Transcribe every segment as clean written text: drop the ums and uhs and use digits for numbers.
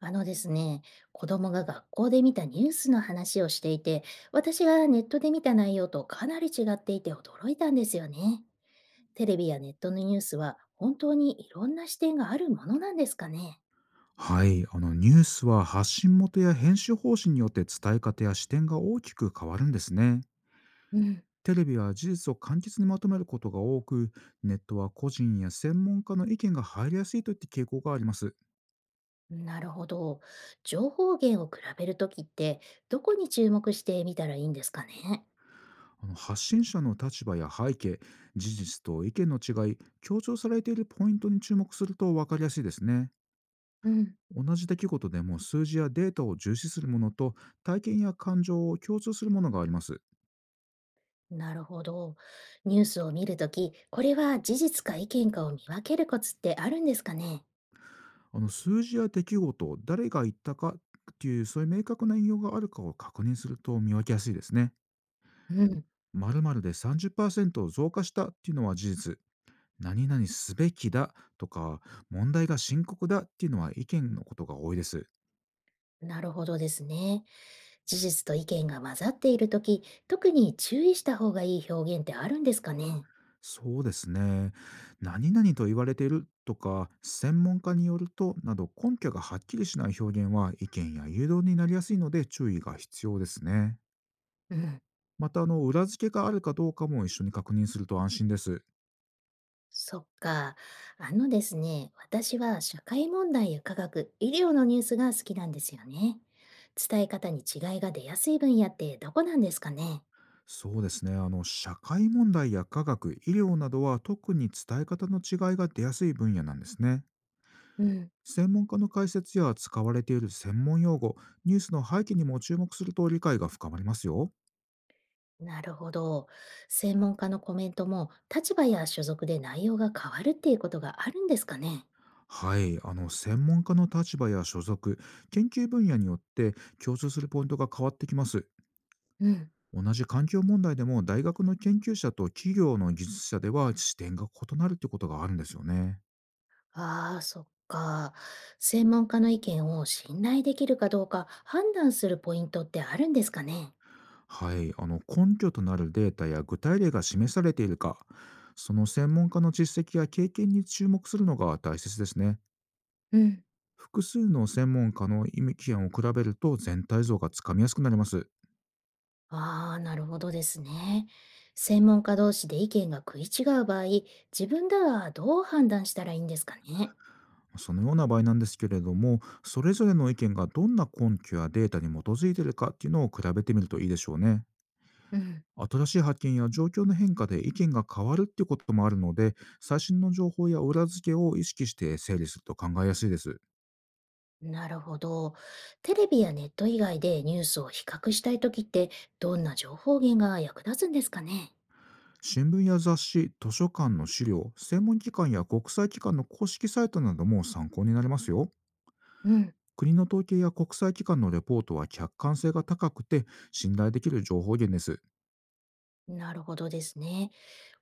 あのですね、子供が学校で見たニュースの話をしていて、私がネットで見た内容とかなり違っていて驚いたんですよね。テレビやネットのニュースは本当にいろんな視点があるものなんですかね。はい、ニュースは発信元や編集方針によって伝え方や視点が大きく変わるんですね。うん、テレビは事実を簡潔にまとめることが多く、ネットは個人や専門家の意見が入りやすいといった傾向があります。なるほど。情報源を比べるときって、どこに注目してみたらいいんですかね。発信者の立場や背景、事実と意見の違い、強調されているポイントに注目すると分かりやすいですね。うん、同じ出来事でも数字やデータを重視するものと体験や感情を共通するものがあります。なるほど。ニュースを見るとき、これは事実か意見かを見分けるコツってあるんですかね。数字や出来事、誰が言ったかっていう、そういう明確な引用があるかを確認すると見分けやすいですね。うん、〇〇で30%増加したっていうのは事実。何々すべきだとか、問題が深刻だっていうのは意見のことが多いです。なるほどですね。事実と意見が混ざっているとき、特に注意した方がいい表現ってあるんですかね。そうですね。何々と言われているとか、専門家によるとなど根拠がはっきりしない表現は意見や誘導になりやすいので注意が必要ですね。うん。また、裏付けがあるかどうかも一緒に確認すると安心です。そっか。あのですね、私は社会問題や科学、医療のニュースが好きなんですよね。伝え方に違いが出やすい分野ってどこなんですかね。そうですね。社会問題や科学医療などは特に伝え方の違いが出やすい分野なんですね。うん。専門家の解説や使われている専門用語、ニュースの背景にも注目すると理解が深まりますよ。なるほど。専門家のコメントも立場や所属で内容が変わるっていうことがあるんですかね。はい、専門家の立場や所属、研究分野によって共通するポイントが変わってきます。うん。同じ環境問題でも大学の研究者と企業の技術者では視点が異なるってことがあるんですよね。ああ、そっか。専門家の意見を信頼できるかどうか判断するポイントってあるんですかね。はい、根拠となるデータや具体例が示されているか、その専門家の実績や経験に注目するのが大切ですね。うん、複数の専門家の意見を比べると全体像がつかみやすくなります。ああ、なるほどですね。専門家同士で意見が食い違う場合、自分ではどう判断したらいいんですかね。そのような場合なんですけれども、それぞれの意見がどんな根拠やデータに基づいているかっていうのを比べてみるといいでしょうね。うん、新しい発見や状況の変化で意見が変わるっていうこともあるので、最新の情報や裏付けを意識して整理すると考えやすいです。なるほど。テレビやネット以外でニュースを比較したいときって、どんな情報源が役立つんですかね。新聞や雑誌、図書館の資料、専門機関や国際機関の公式サイトなども参考になりますよ。うん。国の統計や国際機関のレポートは客観性が高くて信頼できる情報源です。なるほどですね。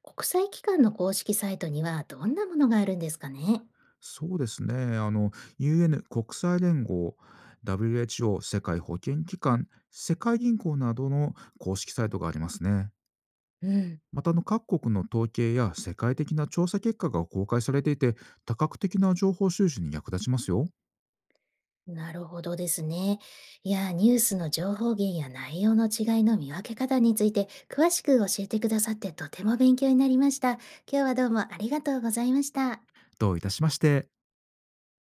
国際機関の公式サイトにはどんなものがあるんですかね。そうですね。UN 国際連合、WHO 世界保健機関、世界銀行などの公式サイトがありますね。うん、また各国の統計や世界的な調査結果が公開されていて、多角的な情報収集に役立ちますよ。なるほどですね。いやー、ニュースの情報源や内容の違いの見分け方について詳しく教えてくださってとても勉強になりました。今日はどうもありがとうございました。どういたしまして。